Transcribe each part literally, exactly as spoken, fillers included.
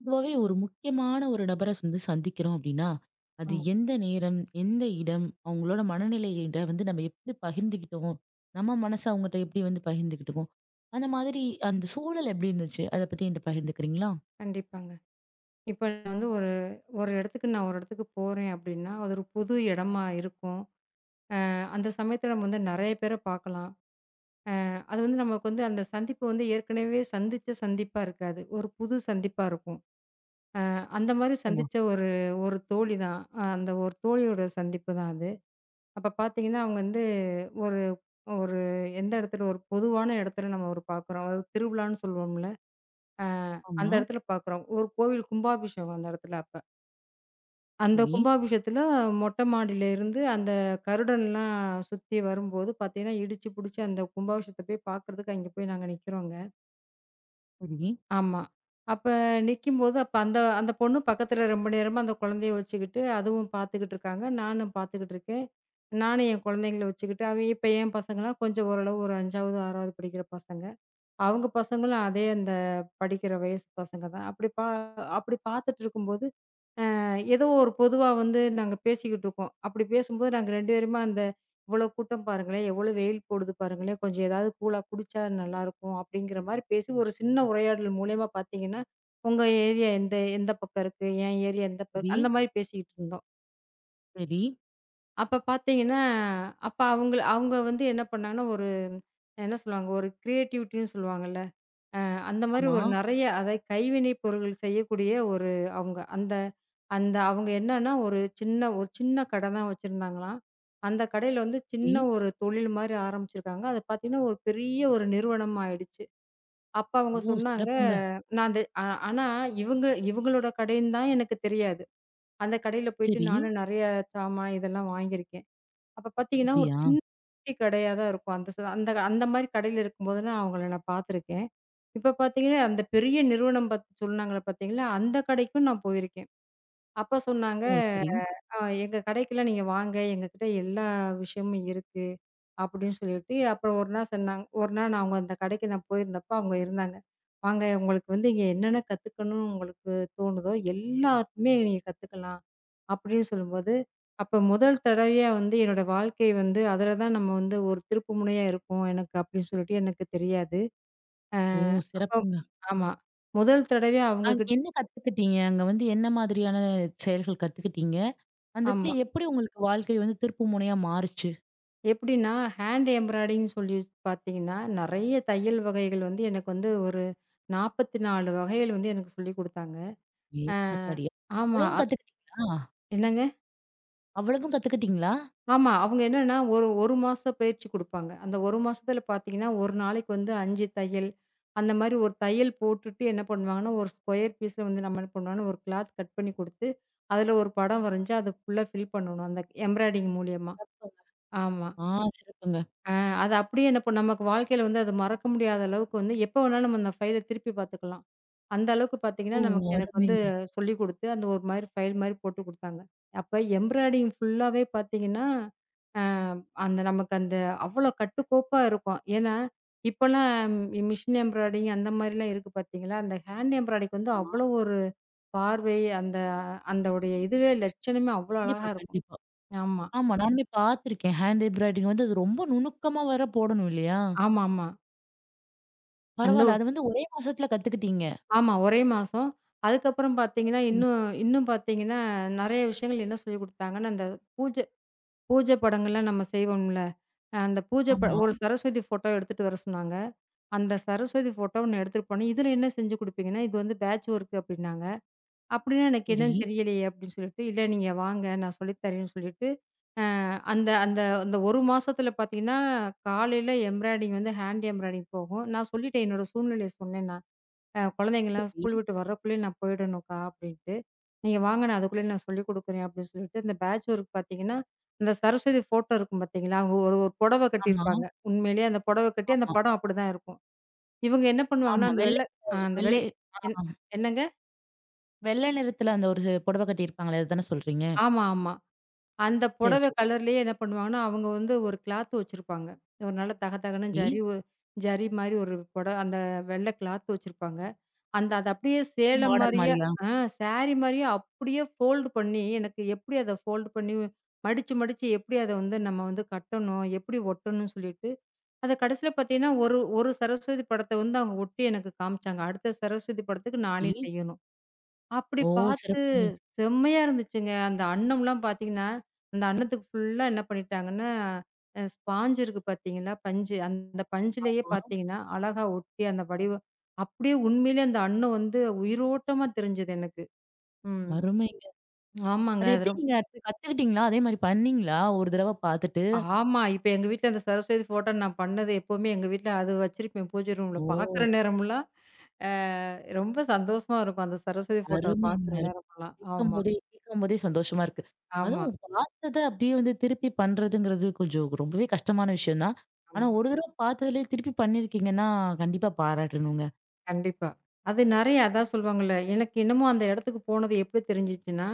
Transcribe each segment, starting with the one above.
பொதுவாவே ஒரு முக்கியமான ஒரு நபர வந்து சந்திக்கிறோம் அப்படின்னா, அது ஆமா. எந்த நேரம், எந்த இடம், அவங்களோட மனநிலையிட வந்து நம்ம எப்படி பகிர்ந்துக்கிட்டோம், நம்ம மனச அவங்கட்ட எப்படி வந்து பகிர்ந்துக்கிட்டோமோ, அந்த மாதிரி அந்த சூழல் எப்படி இருந்துச்சு? அத பத்தி என்ட்ட பகிர்ந்துக்கிறீங்களா? கண்டிப்பாங்க. இப்ப வந்து ஒரு ஒரு இடத்துக்கு நான் ஒரு இடத்துக்கு போறேன் அப்டின்னா, அது ஒரு புது இடமா இருக்கும். அ அந்த சமயத்துல நம்ம வந்து நெறைய பேர பார்க்கலாம். அது வந்து நமக்கு வந்து அந்த சந்திப்பு வந்து ஏற்கனவே சந்திச்ச சந்திப்பா இருக்காது. ஒரு புது சந்திப்பா இருக்கும். அ அந்த மாரி நிச்சயமா. சந்திச்ச ஒரு ஒரு தோழி தான். அ அந்த ஒரு தோழியோட சந்திப்பு தான் அது. அப்ப பார்த்தீங்கன்னா, அவங்க வந்து ஒரு ஒரு எந்த இடத்துல ஒரு பொதுவான இடத்துல நம்ம ஒரு பார்க்குறோம். ஒரு திருவிழான்னு சொல்லுவோம்ல. அ அந்த ஆமா. இடத்துல பார்க்குறோம். ஒரு கோவில் கும்பாபிஷேகம் அந்த இடத்துல. அந்த சரி, கும்பாபிஷேகத்துல மொட்டை மாடியிலேருந்து அந்த கருடன்லாம் சுத்தி வரும்போது பார்த்தீங்கன்னா, இடிச்சு புடிச்சு அந்த கும்பாபிஷேகத்த போய் பார்க்குறதுக்கு அங்கே போய் நாங்க நிக்கிறோங்க. சரி, ஆமா. அப்ப நிக்கும்போது அப்ப அந்த அந்த பொண்ணு பக்கத்துல ரொம்ப நேரமா அந்த குழந்தைய வச்சுக்கிட்டு, அதுவும் பார்த்துக்கிட்டு இருக்காங்க. நானும் பார்த்துக்கிட்டு இருக்கேன். நானும் என் குழந்தைங்கள வச்சுக்கிட்டு, அவன் இப்ப என் பசங்கலாம் கொஞ்சம் ஓரளவு ஒரு ஐந்தாவது, ஆறாவது படிக்கிற பசங்க. அவங்க பசங்களும் அதே அந்த படிக்கிற வயசு பசங்க தான். அப்படி பா அப்படி பார்த்துட்டு இருக்கும்போது ஏதோ ஒரு பொதுவா வந்து நாங்க பேசிக்கிட்டு இருக்கோம். அப்படி பேசும்போது நாங்க ரெண்டு பேருமே அந்த இவ்வளோ கூட்டம் பாருங்களேன், எவ்வளோ வெயில் போடுது பாருங்களேன், கொஞ்சம் ஏதாவது கூலா குடிச்சா நல்லாயிருக்கும் அப்படிங்கிற மாரி பேசி ஒரு சின்ன உரையாடல் மூலியமா பார்த்தீங்கன்னா, உங்க ஏரியா எந்த எந்த பக்கம் இருக்கு? என் ஏரியா எந்த பக் சரி, அந்த மாரி பேசிக்கிட்டு இருந்தோம். சரி. அப்ப பார்த்தீங்கன்னா, அப்ப அவங்கள அவங்க வந்து என்ன பண்ணாங்கன்னா, ஒரு என்ன சொல்லுவாங்க, ஒரு கிரியேட்டிவிட்டின்னு சொல்லுவாங்கல்ல. அந்த மாரி ஆமா. ஒரு நெறைய அதை கைவினை பொருள்கள் செய்யக்கூடிய ஒரு அவங்க அந்த அந்த அவங்க என்னன்னா, ஒரு சின்ன ஒரு சின்ன கடை தான் வச்சிருந்தாங்களாம். அந்த கடையில வந்து சின்ன சரி. ஒரு தொழில் மாரி ஆரம்பிச்சிருக்காங்க. அது பார்த்தீங்கன்னா, ஒரு பெரிய ஒரு நிறுவனம் ஆயிடுச்சு. அப்ப அவங்க ஓ! சொன்னாங்க, சிறப்புங்க. நான் அந்த ஆ ஆனா இவங்க இவங்களோட கடைன்னு தான் எனக்கு தெரியாது. அந்த கடையில போயிட்டு சரி. நானும் நெறைய சாமான் இதெல்லாம் வாங்கியிருக்கேன். அப்ப பார்த்தீங்கன்னா, ஒரு அப்படியா? சின்ன குட்டி கடையா தான் இருக்கும். அந்த ச அந்த அந்த மாரி கடையில இருக்கும்போது நான் அவங்கள நான் பார்த்துருக்கேன். இப்ப பார்த்தீங்கன்னா, அந்த பெரிய நிறுவனம் பத்தி சொன்னாங்கள பார்த்தீங்களா, அந்த கடைக்கும் நான் போயிருக்கேன். அப்ப சொன்னாங்க ஓ! சரி. ஆ "எங்க கடைக்கெல்லாம் நீங்க வாங்க. எங்ககிட்ட எல்லா விஷயமும் இருக்கு." அப்படின்னு சொல்லிட்டு, அப்புறம் ஒரு நாள் சொன்னாங்க. ஒரு நாள் நான் அவங்க அந்த கடைக்கு நான் போயிருந்தப்ப அவங்க இருந்தாங்க. "வாங்க உங்களுக்கு வந்து இங்க என்னென்ன கத்துக்கணும்னு உங்களுக்கு தோணுதோ, எல்லாத்துமே நீங்க கத்துக்கலாம்." அப்படின்னு சொல்லும்போது, அப்ப முதல் தடவையா வந்து என்னோட வாழ்க்கை வந்து அதில தான் நம்ம வந்து ஒரு திருப்பு முனையா இருக்கும் எனக்கு அப்படின்னு சொல்லிட்டு எனக்கு தெரியாது. அ ஓ! அப்ப சிறப்புங்க. ஆமா. முதல் தடவையா அ அவங்க கிட்ட என்ன கத்துக்கிட்டீங்க? அங்க வந்து என்ன மாதிரியான செயல்கள் கத்துக்கிட்டீங்க? அந்த இடத்துல ஆமா. எப்படி உங்களுக்கு வாழ்க்கை வந்து திருப்பு முனையா மாறுச்சு? எப்படின்னா, ஹேண்ட் எம்ப்ராய்டிங்ன்னு சொல்லி பார்த்தீங்கன்னா, நெறைய தையல் வகைகள் வந்து எனக்கு வந்து ஒரு நாற்பத்தி நான்கு வகைகள் வந்து எனக்கு சொல்லிக் குடுத்தாங்க. ஏ, ஆ ஆத்தாடி! ஆமா. அவ்வளவும் அ கத்துக்கிட்டீங்களா? என்னங்க? அவ்வளவும் கத்துக்கிட்டீங்களா? ஆமா. அவங்க என்னன்னா, ஒரு 1 மாச பயிற்சி குடுப்பாங்க. அந்த ஒரு மாசத்துல பார்த்தீங்கன்னா, ஒரு நாளைக்கு வந்து அஞ்சு தையல். அந்த மாரி ஒரு தையல் போட்டுட்டு என்ன பண்ணுவாங்கன்னா, ஒரு ஸ்கொயர் பீஸ்ல வந்து நம்ம என்ன பண்ணுவோம்னா, ஒரு கிளாத் கட் பண்ணி குடுத்து, அதுல ஒரு படம் வரைஞ்சு, அத ஃபுல்லா ஃபில் பண்ணணும். அந்த எம்ப்ராய்டிங் மூலியமா. ஆமா. ஆ சிறப்புங்க. ஆ அது அப்படியே என்ன பண்ணும் நமக்கு வாழ்க்கையில வந்து அது மறக்க முடியாத அளவுக்கு வந்து எப்போ வேணாலும் நம்ம அந்த ஃபைல திருப்பி பார்த்துக்கலாம். அந்த அளவுக்கு பார்த்தீங்கன்னா, ஓ! நமக்கு எனக்கு வந்து அருமைங்க. சொல்லிக் குடுத்து, அந்த ஒரு மாரி ஃபைல் மாரி போட்டு குடுத்தாங்க. அப்ப எம்ப்ராய்டிங் ஃபுல்லாவே பார்த்தீங்கன்னா, அ அந்த நமக்கு அந்த அவ்வளோ கட்டுக்கோப்பா இருக்கும். ஏன்னா, இப்பலாம் மிஷின் எம்ப்ராய்டிங் அந்த மாரிலாம் இருக்கு பார்த்தீங்களா? அந்த ஹேண்ட் எம்ப்ராய்டிங்க்கு வந்து ஆமா. அவ்வளோ ஒரு பார்வை, அந்த அந்தோடைய இதுவே லட்சணமே அவ்வளோ கண்டிப்பா, அழகா இருக்கும். கண்டிப்பா. ஆமா. ஆமா, நானுமே பார்த்துருக்கேன். ஹேண்ட் எம்ப்ராய்டரிங் வந்து அது ரொம்ப நுணுக்கமா வேற போடணும், இல்லையா? ஆமாமா. அந்த பரவால்ல. அது வந்து ஒரே மாசத்துல கத்துக்கிட்டீங்க. ஆமா. ஒரே மாசம். அதுக்கப்புறம் பார்த்தீங்கன்னா, ம். இன்னும் இன்னும் பார்த்தீங்கன்னா, நெறைய விஷயங்கள் என்ன சொல்லிக் குடுத்தாங்கன்னா, அந்த பூஜை பூஜை படங்கள்லாம் நம்ம செய்வோம்ல. அஹ் அந்த பூஜை ப ஆமா. ஒரு சரஸ்வதி ஃபோட்டோ எடுத்துட்டு வர சொன்னாங்க. அந்த சரஸ்வதி ஃபோட்டோ ஒண்ணு எடுத்துட்டு போனேன். "இதுல என்ன செஞ்சு குடுப்பீங்கன்னா, இது வந்து பேட்ச் ஒர்க்" அப்படின்னாங்க. அப்படின்னா, "எனக்கு சரி, என்னன்னு தெரியலையே" அப்படின்னு சொல்லிட்டு, "இல்ல நீங்க வாங்க, நான் சொல்லித் தரேன்னு" சொல்லிட்டு, அ அந்த அந்த அந்த ஒரு மாசத்துல பார்த்தீங்கன்னா, காலையில எம்ப்ராய்டிங் வந்து ஹேண்ட் எம்ப்ராய்டிங் போகும். நான் சொல்லிட்டேன், என்னோட சூழ்நிலைய சொன்னேன் நான். அ குழந்தைங்கலாம் சரி. ஸ்கூல் விட்டு வரக்குள்ளயே நான் போயிடணும்க்கா அப்படின்ட்டு. நீங்க வாங்க நான் அதுக்குள்ளயே நான் சொல்லிக் குடுக்குறேன் அப்படின்னு சொல்லிட்டு, இந்த பேட்ச் ஒர்க் பார்த்தீங்கன்னா, அந்த சரஸ்வதி ஃபோட்டோ இருக்கும் பார்த்தீங்களா? அவங்க ஒரு ஒரு புடவ ஆமா, கட்டியிருப்பாங்க. உண்மையிலேயே அந்த புடவ கட்டி அந்த ஆமா, படம் அப்படிதான் இருக்கும். இவங்க என்ன பண்ணுவாங்கன்னா, ஆமா. அந்த வெள்ளை வெள்ள அ கலர் அந்த வெள் வெள்ளை என் ஆ என்னங்க? வெள்ளை நிறத்துல அந்த ஒரு ச புடவை கட்டியிருப்பாங்களே! அதுதானே சொல்றீங்க? ஆமா, ஆமா. அந்த சரி, புடவ சரி. கலர்லேயே என்ன பண்ணுவாங்கன்னா, அவங்க வந்து ஒரு கிளாத் வச்சிருப்பாங்க. ஒரு நல்ல தக தகன்னு ஓகே. ஜரி ஒ ஜரி மாரி ஒரு புட அந்த வெள்ள கிளாத் வச்சிருப்பாங்க. அந்த அது அப்படியே சேல பார்டர் மாரியே மாரியா? ஆ சாரி மாரியே அப்படியே ஃபோல்டு பண்ணி, எனக்கு எப்படி அத ஃபோல்டு பண்ணி மடிச்சு, மடிச்சு எப்படி அத வந்து நம்ம வந்து கட்டணும், எப்படி ஒட்டணும்னு சொல்லிட்டு, அத கடைசியில பார்த்தீங்கன்னா, ஒரு ஒரு சரஸ்வதி படத்த வந்து அவங்க ஒட்டி எனக்கு காமிச்சாங்க. அடுத்த சரஸ்வதி படத்துக்கு நானே ஓகே. செய்யணும். அப்படி ஓ! பார்த்து சிறப்புங்க. செம்மையா இருந்துச்சுங்க. அந்த அன்னம்லாம் பார்த்தீங்கன்னா, அந்த அன்னத்துக்கு ஃபுல்லா என்ன பண்ணிட்டாங்கன்னா, அ ஸ்பாஞ்ச் இருக்கு பார்த்தீங்களா? பஞ்சு. அந்த பஞ்சுலயே ஆ, பார்த்தீங்கன்னா, அழகா ஒட்டி அந்த வடிவம் அப்படியே உண்மையிலே அந்த அன்னம் வந்து உயிரோட்டமா தெரிஞ்சது எனக்கு. ம். அருமைங்க. ஆமாங்க. அது அது எப்படி? ரொம் நீங்க அடுத்து கத்துக்கிட்டீங்களா? அதே மாரி பண்ணீங்களா? ஒரு தடவ பார்த்துட்டு? ஆமா. இப்ப எங்க வீட்ல அந்த சரஸ்வதி ஃபோட்டோ நான் பண்ணது எப்பவுமே எங்க வீட்ல அது வச்சிருப்பேன் பூஜை ரூம்ல. பார்க்குற ஓ! நேரமெல்லாம் அ ரொம்ப சந்தோஷமா இருக்கும். அந்த சரஸ்வதி ஃபோட்டோவ அருமைங்க. பார்க்குற அரு நேரமெல்லாம். ஆமா, கேட்கும்போதே கேட்கும்போதே சந்தோஷமா இருக்கு. ஆமா, அதுவும் பார்த்தத அப்படியே வந்து திருப்பி பண்றதுங்கிறது கொஞ்சம் ரொம்பவே கஷ்டமான விஷயம் தான். ஆனா ஆமா. ஒரு தடவ பார்த்ததுலயே திருப்பி பண்ணியிருக்கீங்கன்னா, கண்டிப்பா பாராட்டணுங்க. கண்டிப்பா. அது நெறைய அதான் சொல்லுவாங்கல்ல, எனக்கு என்னமோ அந்த இடத்துக்கு போனது எப்படி தெரிஞ்சுச்சுன்னா,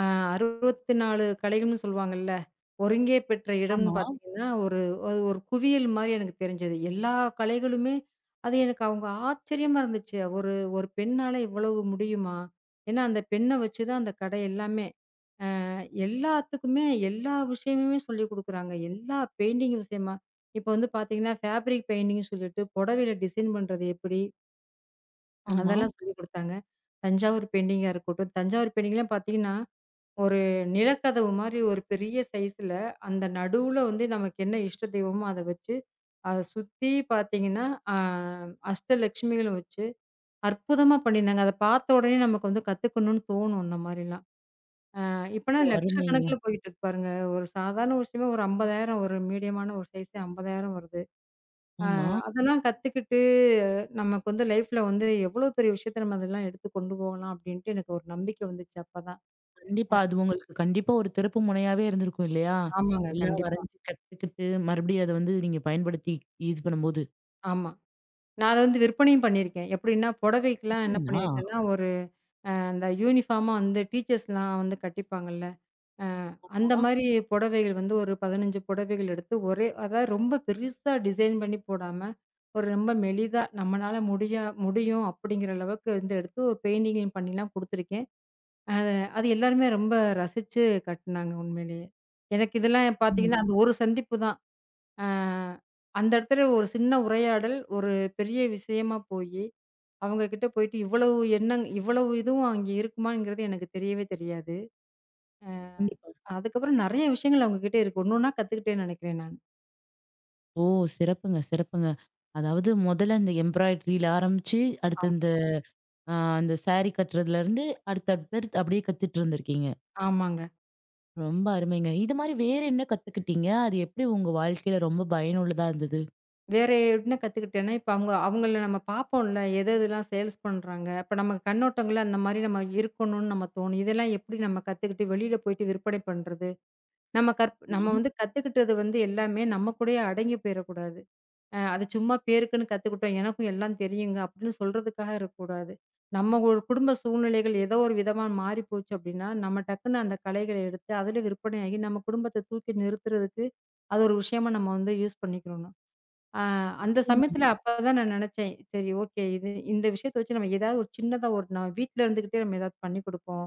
அ அறுபத்து நாலு கலைகள்னு சொல்லுவாங்கல்ல, ஒருங்கே பெற்ற இடம்னு ஆமா, பார்த்தீங்கன்னா, ஒரு அது ஒரு குவியல் மாரி எனக்கு தெரிஞ்சது. எல்லா கலைகளுமே அது எனக்கு அவங்க ஆச்சரியமா இருந்துச்சு. ஒரு ஒரு பெண்ணால இவ்வளவு முடியுமா? ஏன்னா அந்த பெண்ண வச்சு தான் அந்த கடை எல்லாமே. அ எல்லாத்துக்குமே எல்லா விஷயமுமே சொல்லிக் குடுக்குறாங்க. எல்லா பெயிண்டிங் விஷயமா, இப்ப வந்து பார்த்தீங்கன்னா, ஃபேப்ரிக் பெயிண்டிங்னு சொல்லிட்டு புடவையில டிசைன் பண்றது எப்படி? ஆமா. அதெல்லாம் சொல்லிக் குடுத்தாங்க. தஞ்சாவூர் பெயிண்டிங்கா இருக்கட்டும், தஞ்சாவூர் பெயிண்டிங்லாம் பார்த்தீங்கன்னா, ஒரு நிலக்கதவு மாரி ஒரு பெரிய சைஸ்ல அந்த நடுவுல வந்து நமக்கு என்ன இஷ்ட தெய்வமோ அத வச்சு, அத சுத்தி பார்த்தீங்கன்னா, அ அஷ்டலட்சுமிகளும் வச்சு அற்புதமா பண்ணியிருந்தாங்க. அத பார்த்த உடனே நமக்கு வந்து கத்துக்கணும்னு தோணும் அந்த மாரிலாம். அ இப்பனா ஓ! அருமைங்க. லட்சக்கணக்குல போயிட்டு இருக்கு பாருங்க. ஒரு சாதாரண ஒரு விஷயமே ஒரு ஐம்பதாயிரம் ஒரு மீடியமான ஒரு சைஸே ஐம்பதாயிரம் வருது. ஆமா. அதெல்லாம் கத்துக்கிட்டு, நமக்கு வந்து லைஃப்ல வந்து எவ்வளோ பெரிய விஷயத்த நம்ம அதெல்லாம் எடுத்து கொண்டு போகலாம் அப்டின்ட்டு எனக்கு ஒரு நம்பிக்கை வந்துச்சு அப்பதான். கண்டிப்பா. அது உங்களுக்கு கண்டிப்பா ஒரு திருப்பு முனையாவே இருந்திருக்கும், இல்லையா? ஆமாங்க. எல்லாம் கண்டிப்பா. வரைஞ்சு கத்துக்கிட்டு, மறுபடியும் அத வந்து நீங்க பயன்படுத்தி இது பண்ணும்போது. ஆமா. நான் அத வந்து விற்பனையும் பண்ணியிருக்கேன். எப்டின்னா புடவைக்குலாம் என்ன அப்படிங்களா? பண்ணியிருக்கேன்னா, ஒரு அந்த யூனிஃபார்மா வந்து டீச்சர்ஸ்லாம் வந்து கட்டிப்பாங்கல்ல. அ அந்த ஆமா. மாரி புடவைகள் வந்து ஒரு பதினஞ்சு புடவைகள் எடுத்து ஒரே அதாவது ரொம்ப பெருசா டிசைன் பண்ணி போடாம, ஒரு ரொம்ப மெலிதா நம்மனால முடியா முடியும் அப்டிங்கிற அளவுக்கு வந்து எடுத்து ஒரு பெயிண்டிங் பண்ணிலாம் குடுத்துருக்கேன். அது அது எல்லாருமே ரொம்ப ரசிச்சு கட்டுனாங்க உண்மையிலேயே. எனக்கு இதெல்லாம் பார்த்தீங்கன்னா, ம். அந்த ஒரு சந்திப்பு தான். அ அந்த இடத்துல ஒரு சின்ன உரையாடல், ஒரு பெரிய விஷயமா போயி, அவங்க கிட்ட போயிட்டு இவ்வளவு எண்ணங் இவ்வளவு இதுவும் அங்கே இருக்குமாங்கிறது எனக்கு தெரியவே தெரியாது. அ கண்டிப்பா. அதுக்கப்புறம் நெறைய விஷயங்கள் அவங்க கிட்ட இருக்கு. ஒண்ணு ஒண்ணா கத்துக்கிட்டேன்னு நெனைக்கிறேன் நான். ஓ! சிறப்புங்க, சிறப்புங்க. அதாவது முதல்ல இந்த எம்ப்ராய்டரில ஆரம்பிச்சு, அடுத்து ஆமா. இந்த அ அந்த சாரி கட்டுறதுலருந்து அடுத்து அடுத்தடுத்து அப்படியே கத்துட்டு இருந்திருக்கீங்க. ஆமாங்க. ரொம்ப அருமைங்க. இது மாரி வேற என்ன கத்துக்கிட்டீங்க? அது எப்படி உங்க வாழ்க்கையில ரொம்ப பயனுள்ளதா இருந்தது? வேற என்ன கத்துக்கிட்டேன்னா, இப்ப அவங்க அவங்கள நம்ம பார்ப்போம்ல. எது எதெல்லாம் சேல்ஸ் பண்றாங்க. அப்ப நம்ம கண்ணோட்டங்கள்ல அந்த மாரி நம்ம இருக்கணும்னு நம்ம தோணும். இதெல்லாம் எப்படி நம்ம கத்துக்கிட்டு வெளியில போயிட்டு விற்பனை பண்றது? நம்ம கற் நம்ம வந்து கத்துக்கிட்டது வந்து எல்லாமே நம்ம கூடயே அடங்கி போயிறக்கூடாது. அ அது சும்மா பேருக்குன்னு கத்துக்கிட்டோம். எனக்கும் எல்லாம் தெரியுங்க அப்படின்னு சொல்றதுக்காக இருக்கக்கூடாது. நம்ம ஒரு குடும்ப சூழ்நிலைகள் ஏதோ ஒரு விதமா மாறி போச்சு அப்படின்னா, நம்ம டக்குன்னு அந்த கலைகள எடுத்து அதில விற்பனையாகி நம்ம குடும்பத்த தூக்கி நிறுத்துறதுக்கு அது ஒரு விஷயமா நம்ம வந்து யூஸ் பண்ணிக்கணும். ஆ அந்த ஆமா. சமயத்துல ம். அப்பதான் நான் நெனச்சேன். சரி, ஓகே. இது இந்த விஷயத்த வச்சு நம்ம ஏதாவது ஒரு சின்னதா ஒரு நான் வீட்ல இருந்துகிட்டே நம்ம ஏதாவது பண்ணி குடுப்போம்.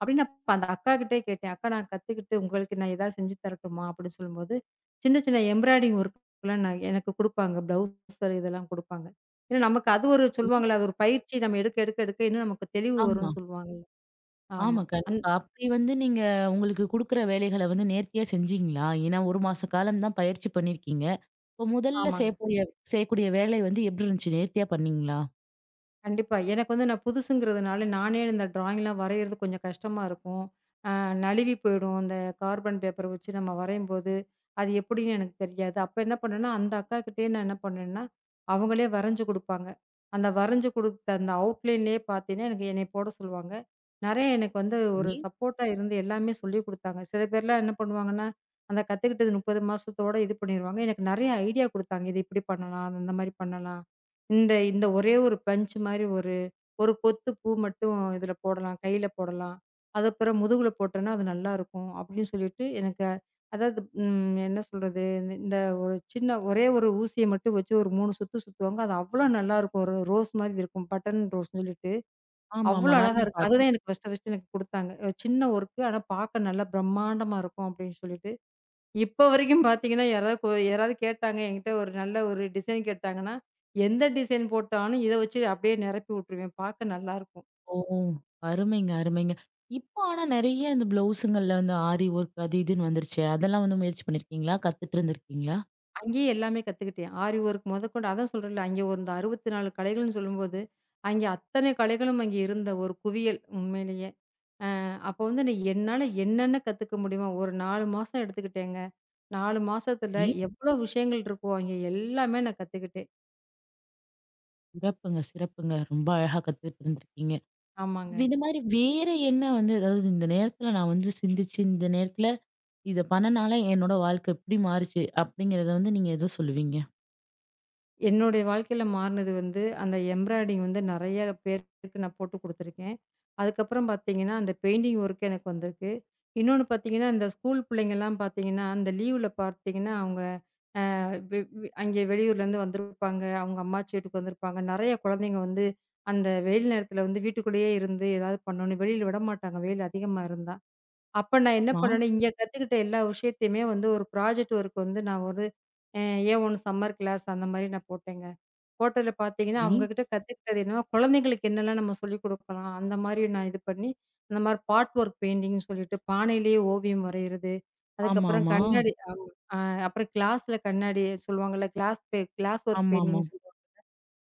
அப்படின்னு அப்ப அந்த அக்காகிட்டயே கேட்டேன். அக்கா நான் கத்துக்கிட்டு உங்களுக்கு நான் ஏதாவது செஞ்சு தரட்டுமா? அப்படின்னு சொல்லும்போது, சின்ன சின்ன எம்ப்ராய்டிங் ஒர்க்லாம் நான் எனக்கு குடுப்பாங்க. ப்ளவுஸர் இதெல்லாம் குடுப்பாங்க. ஏன்னா நமக்கு அது ஒரு சரி. சொல்லுவாங்கல்ல, அது ஒரு பயிற்சி நம்ம எடுக்க எடுக்க எடுக்க இன்னும் நமக்கு தெளிவு ஆமா. வரும்னு சொல்லுவாங்கல்ல. ஆமா. ஆமா. அந் கண்டிப்பா. அப்படி வந்து நீங்க உங்களுக்கு குடுக்குற வேலைகள வந்து நேர்த்தியா செஞ்சீங்களா? ஏன்னா ஒரு மாச காலம் தான் பயிற்சி பண்ணியிருக்கீங்க. இப்ப முதல்ல ஆமாங்க. செய்யக்கூடிய செய்யக்கூடிய வேலை வந்து எப்படி இருந்துச்சு? நேர்த்தியா பண்ணீங்களா? கண்டிப்பா. எனக்கு வந்து நான் புதுசுங்கிறதுனால, நானே இந்த டிராயிங்லாம் வரையிறது கொஞ்சம் கஷ்டமா இருக்கும். அ நழுவி போயிடும். அந்த கார்பன் பேப்பர் வச்சு நம்ம வரையும்போது, அது எப்படின்னு எனக்கு தெரியாது. அப்ப என்ன பண்ணேன்னா, அந்த அக்காகிட்டயே நான் என்ன பண்ணேன்னா, அவங்களே வரைஞ்சு குடுப்பாங்க. அந்த வரைஞ்சு குடுத்த அந்த அவுட்லைன்லேயே பார்த்தீங்கன்னா, எனக்கு என்னைய போட சொல்லுவாங்க. நெறைய எனக்கு வந்து ஒரு சரி. சப்போர்ட்டா இருந்து எல்லாமே சொல்லிக் குடுத்தாங்க. சில பேர்லாம் என்ன பண்ணுவாங்கன்னா, அந்த கத்துக்கிட்டது முப்பது மாசத்தோட இது பண்ணிருவாங்க. எனக்கு நெறைய ஐடியா குடுத்தாங்க. இது இப்படி பண்ணலாம், அந்த மாரி பண்ணலாம். இந்த இந்த ஒரே ஒரு பஞ்ச் மாரி ஒரு ஒரு கொத்து பூ மட்டும் இதில போடலாம். கையில போடலாம். அது அப்புறம் முதுகுல போட்டோன்னா, அது நல்லாருக்கும். அப்படின்னு சொல்லிட்டு எனக்கு அ- அதாவது ம் என்ன சொல்றது? இந்த இந்த ஒரு சின்ன ஒரே ஒரு ஊசிய மட்டும் வச்சு ஒரு மூணு சுத்து சுத்துவாங்க. அது அவ்வளோ நல்லாருக்கும். ஒரு ரோஸ் மாதிரி இருக்கும். பட்டன் ரோஸ்ன்னு சொல்லிட்டு. அவ்வளோ ஆமாமா. அழகா நானுமே இருக்கும். அதுதான் பாத்தேன். எனக்கு ஃபர்ஸ்ட்டு ஃபர்ஸ்ட்டு எனக்கு குடுத்தாங்க. சின்ன ஒர்க்கு. ஆனா பார்க்க நல்லா பிரம்மாண்டமா இருக்கும் அப்படின்னு சொல்லிட்டு. இப்ப வரைக்கும் பார்த்தீங்கன்னா, யாராவது கொ யாராவது கேட்டாங்க என்கிட்ட ஒரு நல்ல ஒரு டிசைன் கேட்டாங்கன்னா, எந்த டிசைன் போட்டாலும் இத வச்சு அப்படியே நிரப்பி விட்டுருவேன். பார்க்க நல்லாருக்கும். ஓ! அருமைங்க, அருமைங்க. இப்போ ஆனா நெறைய இந்த ப்ளவுஸுங்கள்ல வந்து ஆரி ஒர்க் அது இதுன்னு வந்துருச்சே. அதெல்லாம் வந்து முயற்சி பண்ணியிருக்கீங்களா? கத்துட்டு இருந்திருக்கீங்களா? அங்கேயே எல்லாமே கத்துக்கிட்டேன். ஆரி ஒர்க் முதற்கொண்டு அதான் சொல்றேன்ல, அங்கே ஒரு இந்த அறுபத்து நாலு கடைகள்னு சொல்லும்போது, அங்கே அத்தனை கடைகளும் அங்கே இருந்த ஒரு குவியல் உண்மையிலேயே. அ அப்போ வந்து நான் என்னால என்னென்ன கத்துக்க முடியுமோ, ஒரு நாலு மாசம் எடுத்துக்கிட்டேங்க. நாலு மாசத்துல சரி. எவ்வளோ விஷயங்கள் இருக்கோ, அங்கே எல்லாமே நான் கத்துக்கிட்டேன். சிறப்புங்க, சிறப்புங்க. ரொம்ப அழகா கத்துட்டு இருந்திருக்கீங்க. ஆமாங்க. இது மாரி வேற என்ன வந்து அதாவது இந்த நேரத்துல நான் வந்து சிந்திச்சு, இந்த நேரத்துல இத பண்ணனால என்னோட வாழ்க்கை இப்டி மாறுச்சு அப்டிங்கிறத வந்து நீங்க எத சொல்லுவீங்க? என்னுடைய வாழ்க்கையில மாறுனது வந்து, அந்த எம்ப்ராய்டிங் வந்து நெறைய பேருக்கு நான் போட்டு குடுத்துருக்கேன். அதுக்கப்புறம் பார்த்தீங்கன்னா, அந்த பெயிண்டிங் ஒர்க் எனக்கு வந்திருக்கு. இன்னொன்னு பார்த்தீங்கன்னா, இந்த ஸ்கூல் பிள்ளைங்கலாம் பார்த்தீங்கன்னா, அந்த லீவுல பார்த்தீங்கன்னா, அவங்க வெ வெ அங்கே வெளியூர்லேருந்து வந்திருப்பாங்க. அவங்க அம்மாச்சி வீட்டுக்கு வந்திருப்பாங்க. நெறைய குழந்தைங்க வந்து அந்த வெயில் நேரத்தில வந்து வீட்டுக்குள்ளேயே இருந்து ஏதாவது பண்ணணும். வெளியில விடமாட்டாங்க, வெயில் அதிகமா இருந்தா. அப்ப நான் என்ன மா பண்ணேன்னா, இங்க கத்துக்கிட்ட எல்லா விஷயத்தையுமே வந்து ஒரு ப்ராஜெக்ட் ஒர்க் வந்து நான் ஒரு அ ஏ ஒன் சம்மர் கிளாஸ் அந்த மாரி நான் போட்டேங்க. ஹோட்டல்ல பார்த்தீங்கன்னா, சரி. அவங்க கிட்ட கத்துக்கிட்டது என்னன்னா, குழந்தைங்களுக்கு என்னலாம் நம்ம சொல்லிக் குடுக்கலாம். அந்த மாரி நான் இது பண்ணி, அந்த மாரி பாட் ஒர்க் பெயிண்டிங்ன்னு சொல்லிட்டு பானையிலேயே ஓவியம் வரையிறது. அதுக்கப்புறம் ஆமாமா. கண்ணாடி ஆமா. அ அப்புறம் கிளாஸ்ல கண்ணாடி சொல்லுவாங்கல்ல, கிளாஸ் பெ கிளாஸ் ஒர்க் ஆமாமா. பெயிண்டிங்ன்னு சொல்லுவாங்க.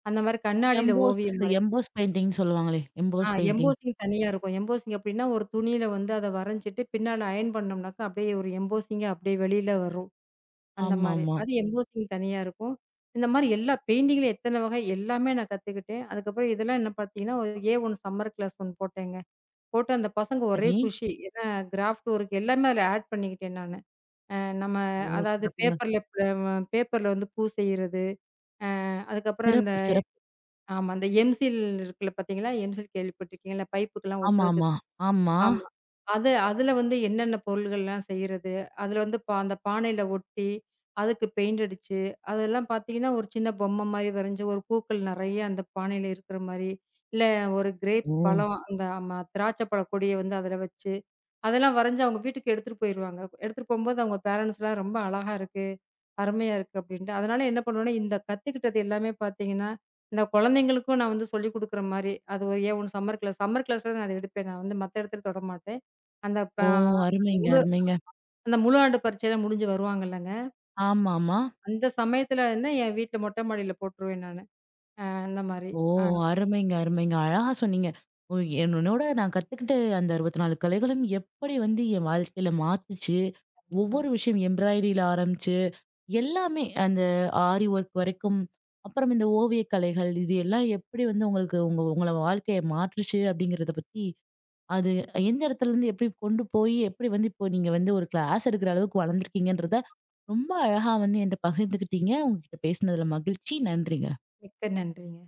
அந்த மாரி கண்ணாடியில எம்போஸ் ஓவியம் வரை எம்போஸ் பெயிண்டிங்ன்னு சொல்லுவாங்களே! ஆ எம்போஸ் பெயிண்டிங். எம்போசிங் தனியா இருக்கும். எம்போசிங் அப்படின்னா, ஒரு துணியில வந்து அத வரைஞ்சிட்டு, பின்னால அயர்ன் பண்ணோம்னாக்கா, அப்படியே ஒரு எம்போசிங்கா அப்படியே வெளியில வரும். அந்த மாரி. ஆமாமா. அது எம்போசிங் தனியா இருக்கும். இந்த மாரி எல்லா பெயிண்டிங்ல எத்தன வகை எல்லாமே நான் கத்துக்கிட்டேன். அதுக்கப்புறம் இதெல்லாம் என்ன பார்த்தீங்கன்னா, ஒரு ஏ ஒன் சம்மர் கிளாஸ் ஒண்ணு போட்டேங்க. போட்டு அந்த பசங்க ஒரே சரி. குஷி. ஏன்னா கிராஃப்ட் ஒர்க் எல்லாமே அதில ஆட் பண்ணிக்கிட்டேன் நானு. அ நம்ம ஓ! அதாவது சிறப்புங்க. பேப்பர்ல ப பேப்பர்ல வந்து பூ செய்றது, அ அதுக்கப்புறம் அந்த சிறப்பு, சிறப்பு. ஆமா அந்த எம்சில் இருக்குல்ல பார்த்தீங்களா? எம்சில் கேள்விப்பட்டுருக்கீங்கல்ல? பைப்புக்கெல்லாம் ஒட்டுறதுக்கு ஆமாமா. ஆமா. ஆமா. ஆமா. அது அதுல வந்து என்னென்ன பொருள்கள்லாம் செய்றது? அதுல வந்து பா அந்த பானையில ஒட்டி, அதுக்கு பெயிண்ட் அடிச்சு, அதெல்லாம் பார்த்தீங்கன்னா, ஒரு சின்ன பொம்மை மாரி வரைஞ்சு, ஒரு பூக்கள் நெறைய அந்த பானையில இருக்கிற மாரி, இல்ல ஒரு ஓ! கிரேப்ஸ் பழம் அந்த ஆமா திராட்சை பழ கொடிய வந்து அதுல வச்சு, அதெல்லாம் வரைஞ்சு அவங்க வீட்டுக்கு எடுத்துட்டு போயிருவாங்க. எடுத்துட்டு போம்போது அவங்க பேரன்ட்ஸ்லாம் ரொம்ப அழகா இருக்கு. அருமையா இருக்கு அப்படின்ட்டு. அதனால என்ன பண்ணுவேன்னா, இந்த கத்துக்கிட்டது எல்லாமே பார்த்தீங்கன்னா, இந்த குழந்தைங்களுக்கும் நான் வந்து சொல்லிக் குடுக்குற மாரி, அது ஒரு ஏன் ஒண்ணு சம்மர் கிளாஸ் சம்மர் கிளாஸ்ல தான் நான் அத எடுப்பேன். நான் வந்து மத்த இடத்துல தொடமாட்டேன். அந்த ப ஓ! அருமைங்க, முழு அருமைங்க. அந்த முழு ஆண்டு பரீட்சைலாம் முடிஞ்சு வருவாங்கல்லங்க, ஆமாமா. அந்த சமயத்துல வந்து என் வீட்ல மொட்டை மாடியில போட்டுருவேன் நானு. அந்த மாரி. ஓ! ஆ அருமைங்க, அருமைங்க. அழகா சொன்னீங்க. ஓ, என்னோட நான் கத்துக்கிட்ட அந்த அறுபத்தி நான்கு கலைகளும் எப்படி வந்து என் வாழ்க்கையில மாத்துச்சு, கண்டிப்பா. ஒவ்வொரு விஷயம் எம்ப்ராய்டரியில ஆரம்பிச்சு, எல்லாமே அந்த ஆரி ஒர்க் வரைக்கும், அப்புறம் இந்த ஓவியக் கலைகள், இது எல்லாம் எப்படி வந்து உங்களுக்கு உங்க உங்கள வாழ்க்கைய மாற்றுச்சு அப்படிங்கிறத பத்தி அது எந்த இடத்துலருந்து எப்படி கொண்டு போய், எப்படி வந்து இப்போ நீங்க வந்து ஒரு கிளாஸ் எடுக்கிற அளவுக்கு வளர்ந்துருக்கீங்கன்றத, ரொம்ப அழகா வந்து என்ட்ட பகிர்ந்துக்கிட்டீங்க. உங்ககிட்ட பேசினதுல மகிழ்ச்சி. நன்றிங்க. மிக்க நன்றிங்க.